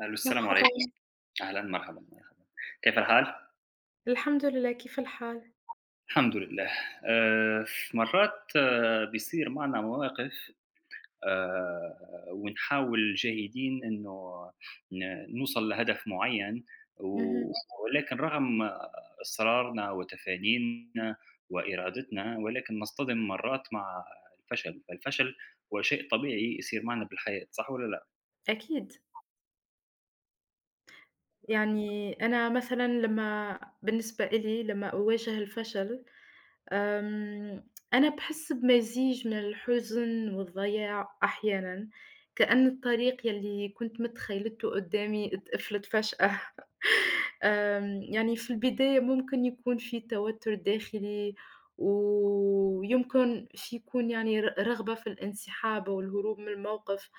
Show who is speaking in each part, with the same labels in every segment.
Speaker 1: ألو السلام عليكم،
Speaker 2: مرحبا.
Speaker 1: أهلًا مرحبًا، مرحبًا، كيف الحال؟
Speaker 2: الحمد لله، كيف الحال؟
Speaker 1: الحمد لله. آآ، مرات بيصير معنا مواقف، ونحاول جاهدين إنه نوصل لهدف معين،
Speaker 2: اهم.
Speaker 1: و ولكن رغم إصرارنا وتفانينا وإرادتنا، ولكن نصطدم مرات مع الفشل، فالفشل هو شيء طبيعي يصير معنا بالحياة، صح والّا لأ؟
Speaker 2: أكيد، يعني أنا مثلًا لمّا بالنسبة إلي لمّا أواجه الفشل، آمم، أنا باحس بمزيج من الحزن والضياع أحيانًا، كأن الطريق يلّي كنت متخيلته قدّامي اتقفلت فجأة. يعني في البداية ممكن يكون في توتر داخلي، ويمكن يكون يعني رغبة في الانسحاب والهروب من الموقف،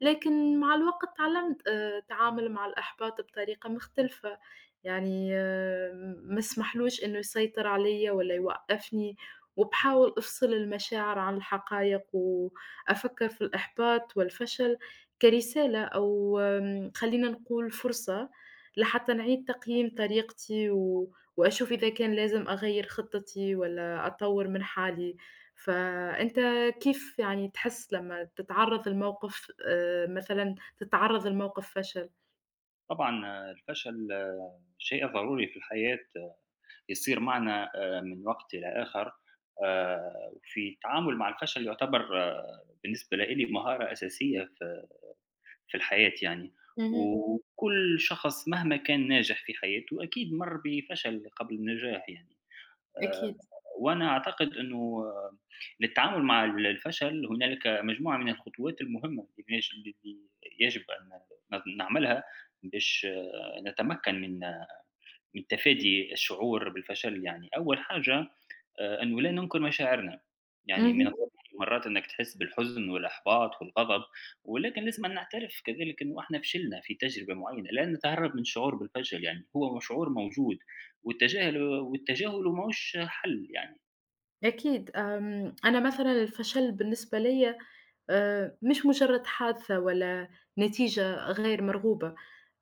Speaker 2: لكن مع الوقت اتعلمت التعامل مع الإحباط بطريقة مختلفة، يعني ما اسمحلوش إنه يسيطر عليَّ ولا يوقفني، وباحاول أفصل المشاعر عن الحقائق، وأفكر في الإحباط والفشل كرسالة أو خلينا نقول فرصة لحتى نعيد تقييم طريقتي و وأشوف إذا كان لازم أغيّر خطتي والّا أطوّر من حالي، فأنت كيف يعني تحس لمّا تتعرّض لموقف مثلًا تتعرّض لموقف فشل؟
Speaker 1: طبعًا الفشل شيء ضروري في الحياة. يصير معنا من وقت إلى آخر، وفي التعامل مع الفشل يُعتبر بالنسبة لإلي مهارة أساسية في الحياة يعني.
Speaker 2: اهم،
Speaker 1: وكل شخص مهما كان ناجح في حياته أكيد مَر بفشل قبل النجاح يعني. آآ
Speaker 2: أكيد.
Speaker 1: وأنا أعتقد إنه للتعامل مع الفشل هنالك مجموعة من الخطوات المهمة اللي يجب أن نعملها باش نتمكن من من تفادي الشعور بالفشل يعني. أول حاجة أنه لا ننكر مشاعرنا، يعني من
Speaker 2: اهم،
Speaker 1: الطبيعي مرات إنك تحس بالحزن والإحباط والغضب، ولكن لازم أن نعترف كذلك إنه إحنا فشلنا في تجربة معينة، لا نتهرب من الشعور بالفشل يعني، هو شعور موجود، والتجاهل ماهوش حل يعني.
Speaker 2: أكيد، أنا مثلًا الفشل بالنسبة ليّا مش مجرّد حادثة ولا نتيجة غير مرغوبة،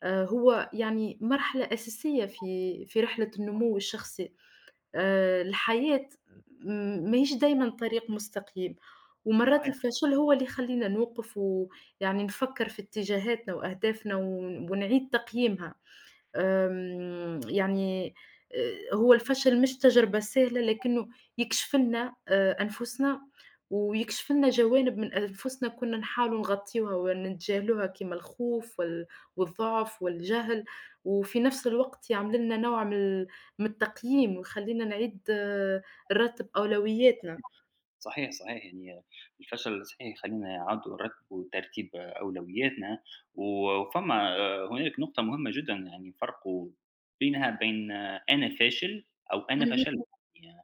Speaker 2: هو يعني مرحلة أساسية في رحلة النمو الشخصي. الحياة م ماهيش دايمًا طريق مستقيم، ومرات
Speaker 1: صحيح.
Speaker 2: الفشل هو اللي يخلّينا نوقف ويعني نفكّر في اتجاهاتنا وأهدافنا ونعيد تقييمها. يعني هو الفشل مش تجربة سهلة، لكنه يكشف لنا أنفسنا، ويكشف لنا جوانب من أنفسنا كنا نحاولوا نغطيوها ونتجاهلوها كيما الخوف والضعف والجهل، وفي نفس الوقت يعمل لنا نوع من من التقييم، ويخلّينا نعيد نرتب أولوياتنا.
Speaker 1: صحيح، صحيح، يعني الفشل صحيح يخلّينا نعاودوا نرتّبوا ترتيب أولوياتنا. و وفما هنالك نقطة مهمة جدًا يعني فرقوا بينها بين أنا فاشل أو أنا
Speaker 2: اهم،
Speaker 1: فشلت. يعني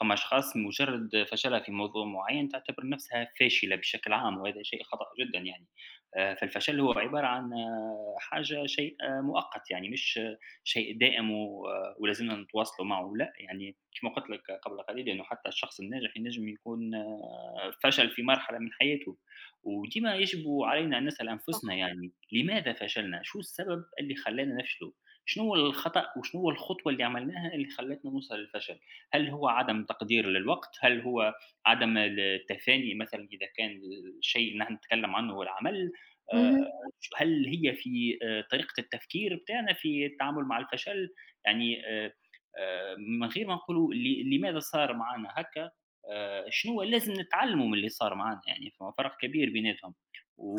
Speaker 1: فما أشخاص مجرد فشلها في موضوع معيّن تعتبر نفسها فاشلة بشكل عام، وهذا شيء خطأ جدًا يعني. فالفشل هو عبارة عن حاجة شيء مؤقت يعني مش شيء دائم و آه، ولازمنا نتواصلوا معه، لأ يعني كما قُلت لك قبل قليل إنه حتى الشخص الناجح ينجم يكون فشل في مرحلة من حياته. وديما يجب علينا أن نسأل أنفسنا
Speaker 2: صح.
Speaker 1: يعني لماذا فشلنا؟ شو السبب اللي خلّانا نفشله؟ شنو هو الخطأ وشنو هو الخطوة اللي عملناها اللي خلّتنا نوصل للفشل؟ هل هو عدم تقدير للوقت؟ هل هو عدم التفاني مثلًا إذا كان الشيء اللي نحن نتكلم عنه هو العمل. آآ
Speaker 2: اهم،
Speaker 1: هل هي في طريقة التفكير بتاعنا في التعامل مع الفشل؟ يعني من غير ما نقولوا لماذا صار معانا هكا. شنو لازم نتعلموا من اللي صار معانا يعني، فما فرق كبير بيناتهم.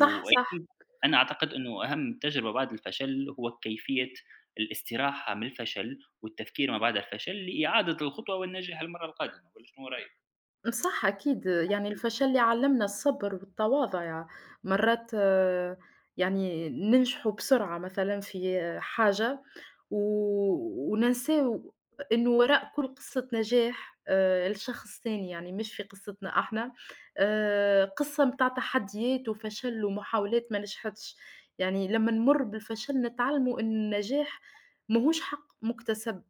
Speaker 2: صح، صح.
Speaker 1: أنا أعتقد إنه أهم تجربة بعد الفشل هو كيفية الاستراحة من الفشل، والتفكير ما بعد الفشل لإعادة الخطوة والنجاح المرّة القادمة، والّا شنو رأيك؟
Speaker 2: امم، صح، أكيد، يعني الفشل يعلّمنا الصبر والتواضع، يعني مرات يعني ننجحوا بسرعة مثلًا في حاجة و وننساو إنه وراء كل قصة نجاح لشخص تاني، يعني مش في قصتنا إحنا قصة متاع تحديات وفشل ومحاولات ما نجحتش، يعني لمّا نمُر بالفشل نتعلموا إن النجاح ماهوش حق مُكتسب.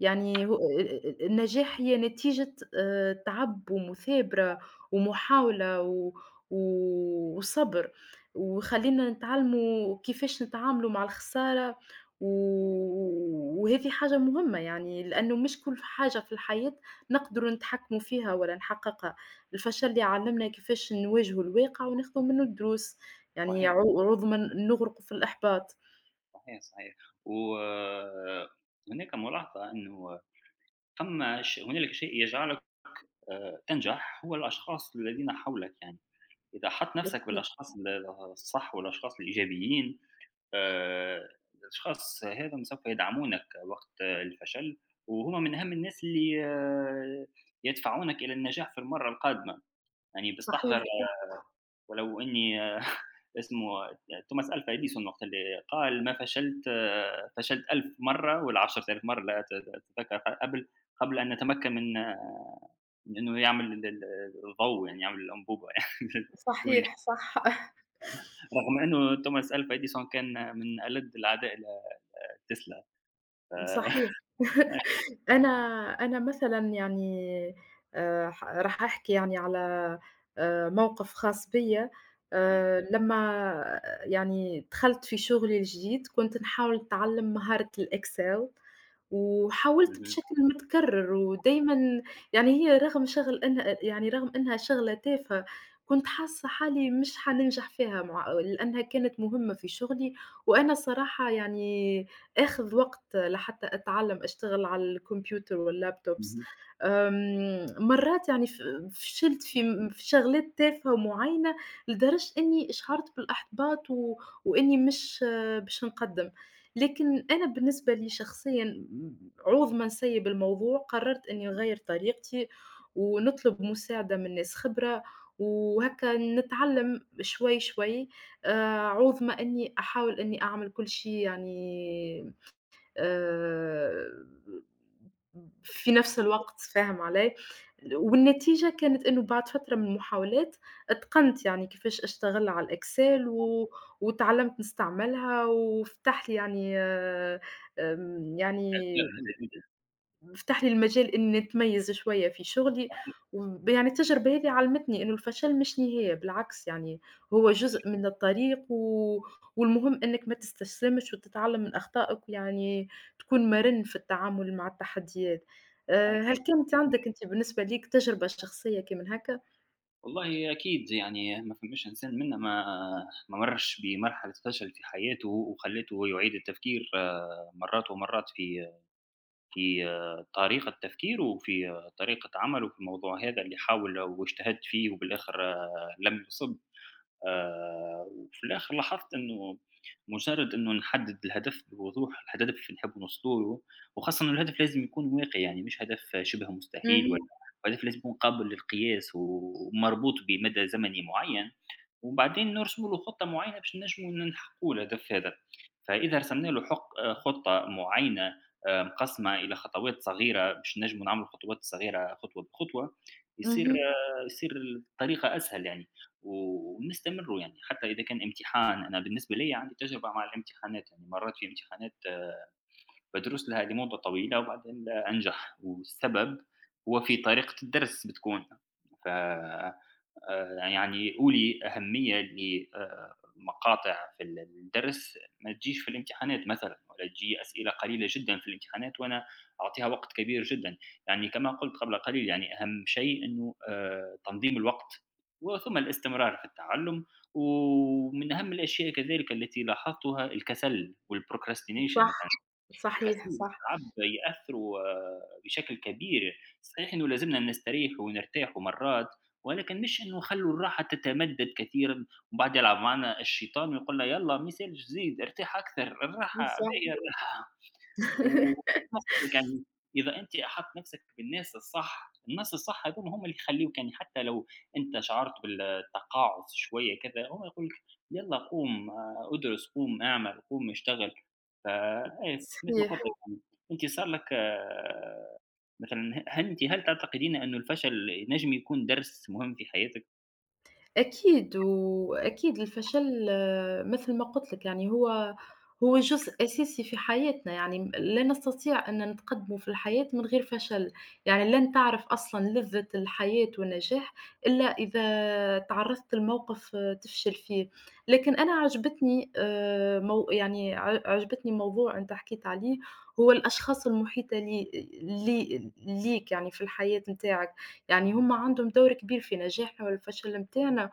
Speaker 2: يعني هو ال ال ال النجاح هي نتيجة تعب ومثابرة ومحاولة و و وصبر، وخلّينا نتعلموا كيفاش نتعاملوا مع الخسارة، و وهذه حاجة مهمة يعني، لأنه مش كل حاجة في الحياة نقدروا نتحكموا فيها ولا نحققها، الفشل يعلمنا كيفاش نواجهوا الواقع وناخدوا منه الدروس، يعني
Speaker 1: صحيح،
Speaker 2: عوض ما نغرقوا في الإحباط.
Speaker 1: صحيح، صحيح. و آه، هناك ملاحظة إنه ثم هنالك شيء يجعلك تنجح هو الأشخاص الذين حولك يعني. إذا حَط نَفْسك
Speaker 2: أكيد،
Speaker 1: بالأشخاص الصح والأشخاص الإيجابيين، آآ، الأشخاص هذم سوف يدعمونك وقت الفشل، وهُم من أهم الناس اللي يدفعونك إلى النجاح في المرّة القادمة. يعني باستحضر
Speaker 2: صحيح،
Speaker 1: ولو إني اسمه توماس ألفا إديسون وقت اللي قال: "ما فشلت فشلت 1000 مرّة والـ10,000 مرّة لا تتذكر قبل أن نتمكن من من إنه يعمل ال ال الضوء يعني يعمل الأنبوبة" يعني
Speaker 2: صحيح، صح.
Speaker 1: رغم إنه توماس ألفا إديسون كان من ألد الأعداء لتسلا. ف
Speaker 2: صحيح. أنا أنا مثلًا يعني ح راح أحكي يعني على موقف خاص بيّا،
Speaker 1: إمم،
Speaker 2: لمّا يعني دخلت في شغلي الجديد كنت نحاول نتعلم مهارة الExcel وحاولت
Speaker 1: اهم،
Speaker 2: بشكل متكرر ودايمًا يعني هي رغم شغل إنها يعني رغم إنها شغلة تافهة، كنت حاسة حالي مش حاننجح فيها مع لأنها كانت مهمة في شغلي، وأنا الصراحة يعني آخذ وقت لحتى أتعلم أشتغل على الكمبيوتر والlaptops
Speaker 1: اهم.
Speaker 2: مرات يعني فشلت في في شغلات تافهة معينة، لدرجة إني شعرت بالإحباط و وإني مش باش نقدّم. لكن أنا بالنسبة لي شخصيًا م عوض ما نسيّب الموضوع قررت إني نغيّر طريقتي، ونطلب مساعدة من ناس خبرة، وهكا نتعلم شوي شوي، عوض ما إني أحاول إني أعمل كل شي يعني آآ في نفس الوقت فاهم علي؟ والنتيجة كانت إنه بعد فترة من المحاولات اتقنت يعني كيفاش أشتغل على الExcel و واتعلمت نستعملها وفتح لي يعني آمم، يعني فتح لي المجال إني أتميّز شوية في شغلي،
Speaker 1: صحيح،
Speaker 2: يعني التجربة هذه علمتني إنه الفشل مش نهاية بالعكس يعني هو جزء من الطريق و والمهم إنك ما تستسلمش وتتعلم من أخطائك، ويعني تكون مرن في التعامل مع التحديات.
Speaker 1: صحيح،
Speaker 2: هل
Speaker 1: يعني
Speaker 2: كانت عندك أنت بالنسبة ليك تجربة شخصية كيمن هكا؟
Speaker 1: والله أكيد يعني ما فماش إنسان منا ما مرّش بمرحلة فشل في حياته، وخلّته يعيد التفكير مرّات ومرّات في طريقة تفكيره، وفي طريقة عمله في الموضوع هذا اللي حاول واجتهد فيه وبالآخر لم يُصِب. وفي الآخر لاحظت إنه مجرّد إنه نحدّد الهدف بوضوح، الهدف اللي نحب نوصلوا له، وخاصةً إنه الهدف لازم يكون واقعي، يعني مش هدف شِبه مستحيل.
Speaker 2: اهم،
Speaker 1: والّا هدف لازم يكون قابل للقياس ومربوط بمدى زمني معيّن، وبعدين نرسموا له خطة معينة باش نجموا نحققوا الهدف هذا. فإذا رسمنا له حق خطة معينة مقسمة إلى خطوات صغيرة باش نجموا نعملوا الخطوات الصغيرة خطوة بخطوة، يصير
Speaker 2: اهم،
Speaker 1: آه، يصير الطريقة أسهل يعني. و ونستمروا يعني، حتى إذا كان امتحان. أنا بالنسبة ليّا عندي تجربة مع الامتحانات، يعني مرّات في امتحانات بدرس لها لمدة طويلة وبعدين أنجح، والسبب هو في طريقة الدرس. بتكون ف آه، يعني أولي أهمية لمقاطع في الدرس ما تجيش في الامتحانات مثلا، ولا تجي أسئلة قليلة جدا في الامتحانات وأنا أعطيها وقت كبير جدا. يعني كما قلت قبل قليل يعني أهم شيء أنه تنظيم الوقت وثم الاستمرار في التعلم. ومن أهم الأشياء كذلك التي لاحظتها الكسل والبروكراستينيشن مثلا،
Speaker 2: صح،
Speaker 1: غسيل
Speaker 2: صحيح، صح،
Speaker 1: الأعصاب يأثّروا بشكل كبير. صحيح إنه لازمنا نستريحوا ونرتاحوا مرات، ولكن مش إنه نخلّوا الراحة تتمدّد كثيرًا، وبعد يلعب معانا الشيطان ويقول لنا يالّا ما يسالش زيد، ارتاح أكثر، الراحة
Speaker 2: صح،
Speaker 1: باهية الراحة. وقصدِك يعني إذا أنتِ أحطّت نَفْسِك بالناس الصح، الناس الصح هاذوما هم اللي يخلّيوك، يعني حتى لو أنت شعرت بالتقاعُس شوية كذا، هو يقول لك يالّا قوم ادرس، قوم اعمل، قوم اشتغل. ف إيه، مثل ما قُلت
Speaker 2: صحيح.
Speaker 1: لِك يعني أنتِ صار لك مثلًا ه هل أنتِ هل تعتقدين إنه الفشل ينجم يكون درس مهم في حياتِك؟
Speaker 2: أكيد، وأكيد الفشل مثل ما قُلت لك يعني هو جزء أساسي في حياتنا، يعني لا نستطيع أن نتقدم في الحياة من غير فشل، يعني لن تعرف أصلًا لذة الحياة والنجاح إلا إذا تعرّضت لموقف تفشل فيه، لكن أنا عجبتني مو يعني ع عجبتني موضوع أنت حكيت عليه، هو الأشخاص المحيطة لي لي ليك يعني في الحياة نتاعك. يعني هم عندهم دور كبير في نجاحنا ولا الفشل متاعنا،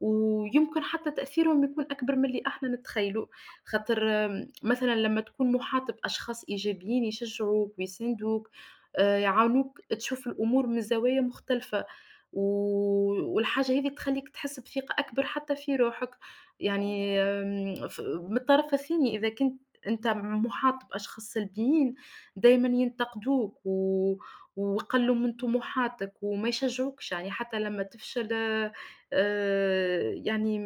Speaker 2: ويمكن حتى تأثيرهم يكون أكبر من اللي إحنا نتخيلوا، خاطر مثلًا لمّا تكون محاط بأشخاص إيجابيين يشجعوك ويساندوك، يعاونوك تشوف الأمور من زوايا مختلفة، و والحاجة هذي تخلّيك تحس بثقة أكبر حتى في روحك،
Speaker 1: صحيح،
Speaker 2: يعني ف من الطرف الثاني إذا كنت أنت محاط بأشخاص سلبيين دايمًا ينتقدوك و وقلّوا من طموحاتك وما يشجّعوكش، يعني حتى لمّا تفشل يعني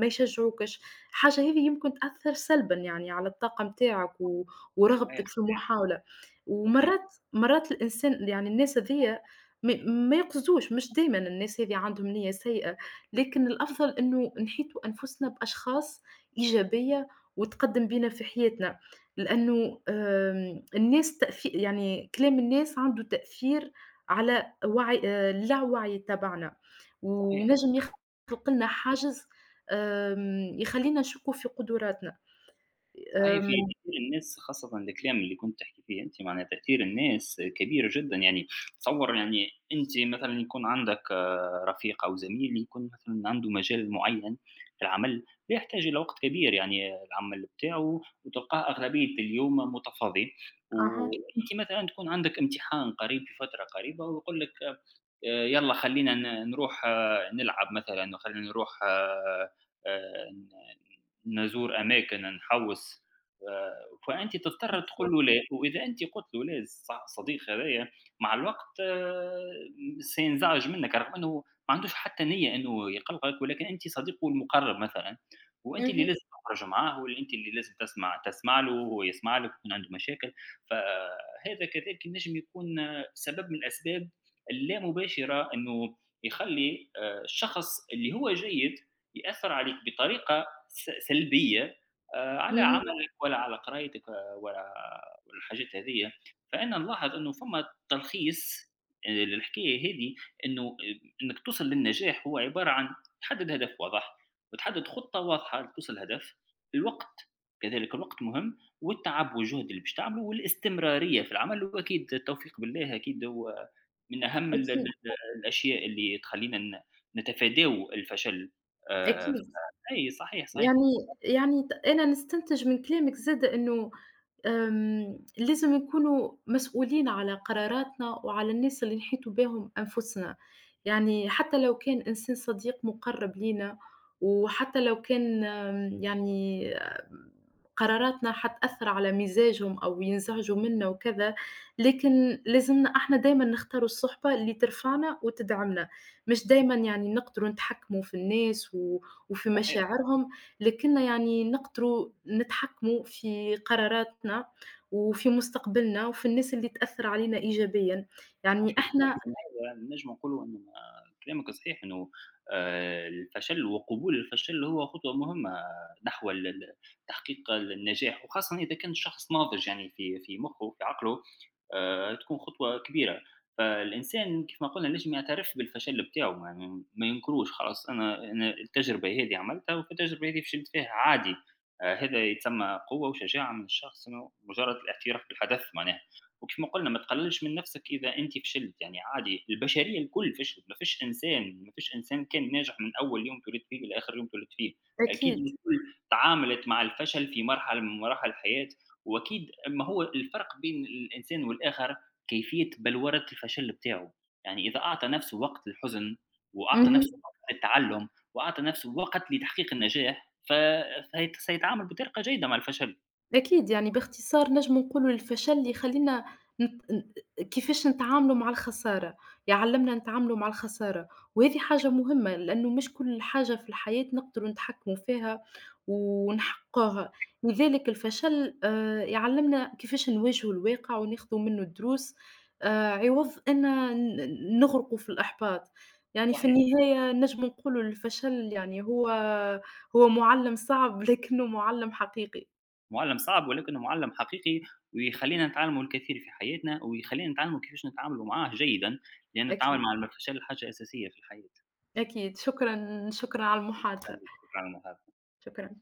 Speaker 2: ما يشجّعوكش، الحاجة هذه يمكن تأثّر سلبًا يعني على الطاقة متاعك و
Speaker 1: صحيح،
Speaker 2: ورغبتك في المحاولة،
Speaker 1: صحيح،
Speaker 2: ومرّات مرّات الإنسان يعني الناس هاذيا ما يقصدوش، مش دايمًا الناس هاذي عندهم نيّة سيئة، لكن الأفضل إنه نحيطوا أنفسنا بأشخاص إيجابية وتقدّم بينا في حياتنا. لإنه الناس يعني كلام الناس عنده تأثير على وعي اللاوعي تبعنا،
Speaker 1: صحيح.
Speaker 2: وينجم يخلق لنا حاجز يخلّينا نشكّوا في قدراتنا.
Speaker 1: صحيح في
Speaker 2: آمم،
Speaker 1: تأثير الناس خاصةً الكلام اللي كنتِ تحكي فيه أنتِ، معناها تأثير الناس كبير جدًا. يعني تصوّر يعني أنتِ مثلًا يكون عندك رفيق أو زميل يكون مثلًا عنده مجال معيّن في العمل، لا يحتاج إلى وقت كبير يعني العمل بتاعه وتلقاه أغلبية اليوم متفاضي،
Speaker 2: أها،
Speaker 1: وأنتِ مثلًا تكون عندك امتحان قريب في فترة قريبة ويقول لِك يالّا خلّينا نروح نلعب مثلًا، خلّينا نروح ن نزور أماكن، نحوّس. آآ فأنت تضطر تقول
Speaker 2: بالضبط.
Speaker 1: له لا. وإذا أنتِ قُلتِ له لا، الصديق هذايا مع الوقت سينزعج منّك، رغم أنه ما عندوش حتى نية إنه يقلقك، ولكن أنتِ صديقه المقرّب مثلًا، وأنتِ اللي
Speaker 2: اهم،
Speaker 1: لازم تخرج معاه وأنتِ اللي لازم تسمع له وهو يسمع لك ويكون عنده مشاكل. فهذا كذلك ينجم يكون سبب من الأسباب اللامباشرة إنه يخلّي الشخص اللي هو جيد يأثّر عليك بطريقة سلبية، على
Speaker 2: اهم.
Speaker 1: عمل ولا على قرايتك ولا الحاجات هذية. فأنا نلاحظ إنه فما تلخيص للحكاية هذي، إنه إنك توصل للنجاح هو عبارة عن تحدد هدف واضح، وتحدد خطة واضحة لتوصل للهدف. الوقت، كذلك الوقت مهم، والتعب والجهد اللي باش تعمله، والاستمرارية في العمل، وأكيد التوفيق بالله أكيد هو من أهم ال ال
Speaker 2: أكيد،
Speaker 1: الأشياء اللي تخلّينا نتفاداو الفشل. ف
Speaker 2: أكيد.
Speaker 1: أي صحيح، صحيح،
Speaker 2: يعني يعني ت أنا نستنتج من كلامك زاد إنه لازم نكونوا مسؤولين على قراراتنا وعلى الناس اللي نحيطوا بيهم أنفسنا، يعني حتى لو كان إنسان صديق مُقرّب لينا، وحتى لو كان يعني قراراتنا حتأثّر على مزاجهم أو ينزعجوا منا وكذا، لكن لازمنا إحنا دايمًا نختاروا الصُحبة اللي ترفعنا وتدعمنا، مش دايمًا يعني نقدروا نتحكموا في الناس و وفي
Speaker 1: صحيح.
Speaker 2: مشاعرهم لكنا يعني نقدروا نتحكموا في قراراتنا، وفي مستقبلنا، وفي الناس اللي تأثّر علينا إيجابيًا، يعني
Speaker 1: صحيح.
Speaker 2: إحنا
Speaker 1: نجم نقولوا أنه كلامك صحيح، أنه الفشل وقبول الفشل هو خطوة مهمة نحو ال ال تحقيق النجاح، وخاصةً إذا كان الشخص ناضج يعني في مخه وفي عقله تكون خطوة كبيرة. فالإنسان كيف ما قُلنا لازم يعترف بالفشل بتاعه، يعني ما ينكروش، خلاص أنا التجربة هذه عملتها والتجربة هذه فشلت فيها عادي. هذا يتسمى قوة وشجاعة من الشخص إنه مجرد الاعتراف بالحدث معناها. وكيف ما قُلنا ما تقللش من نفسك إذا أنت فشلت، يعني عادي البشرية الكل فشلت، ما فيش إنسان كان ناجح من أول يوم اتولد فيه لآخر يوم اتولد فيه. أكيد
Speaker 2: أكيد.
Speaker 1: الكل تعاملت مع الفشل في مرحلة من مراحل الحياة. وأكيد ما هو الفرق بين الإنسان والآخر كيفية بلورة الفشل بتاعه، يعني إذا أعطى نفسه وقت للحزن، وأعطى نفسه
Speaker 2: اهم.
Speaker 1: وقت للتعلم، وأعطى نفسه وقت لتحقيق النجاح. فهيت سيتعامل بطريقة جيدة مع الفشل،
Speaker 2: أكيد، يعني باختصار نجمو نقولوا الفشل اللي يخلّينا نت ن كيفاش نتعاملوا مع الخسارة، يعلّمنا نتعاملوا مع الخسارة، وهذه حاجة مهمة لأنه مش كل حاجة في الحياة نقدروا نتحكموا فيها ونحققوها، لذلك الفشل يعلّمنا كيفاش نواجهوا الواقع وناخذوا منه الدروس عوض أن نغرقوا في الإحباط، يعني في
Speaker 1: صحيح.
Speaker 2: النهاية نجمو نقولوا الفشل يعني هو مُعلِّم صعب لكنه مُعلِّم حقيقي،
Speaker 1: معلم صعب ولكنه معلم حقيقي، ويخلّينا نتعلموا الكثير في حياتنا، ويخلّينا نتعلموا كيفاش نتعاملوا معاه جيدًا، لأن التعامل
Speaker 2: أكيد.
Speaker 1: مع الفشل حاجة أساسية في الحياة.
Speaker 2: أكيد، شكرًا، شكرًا على المحادثة،
Speaker 1: شكراً على المحادثة.
Speaker 2: شكرًا.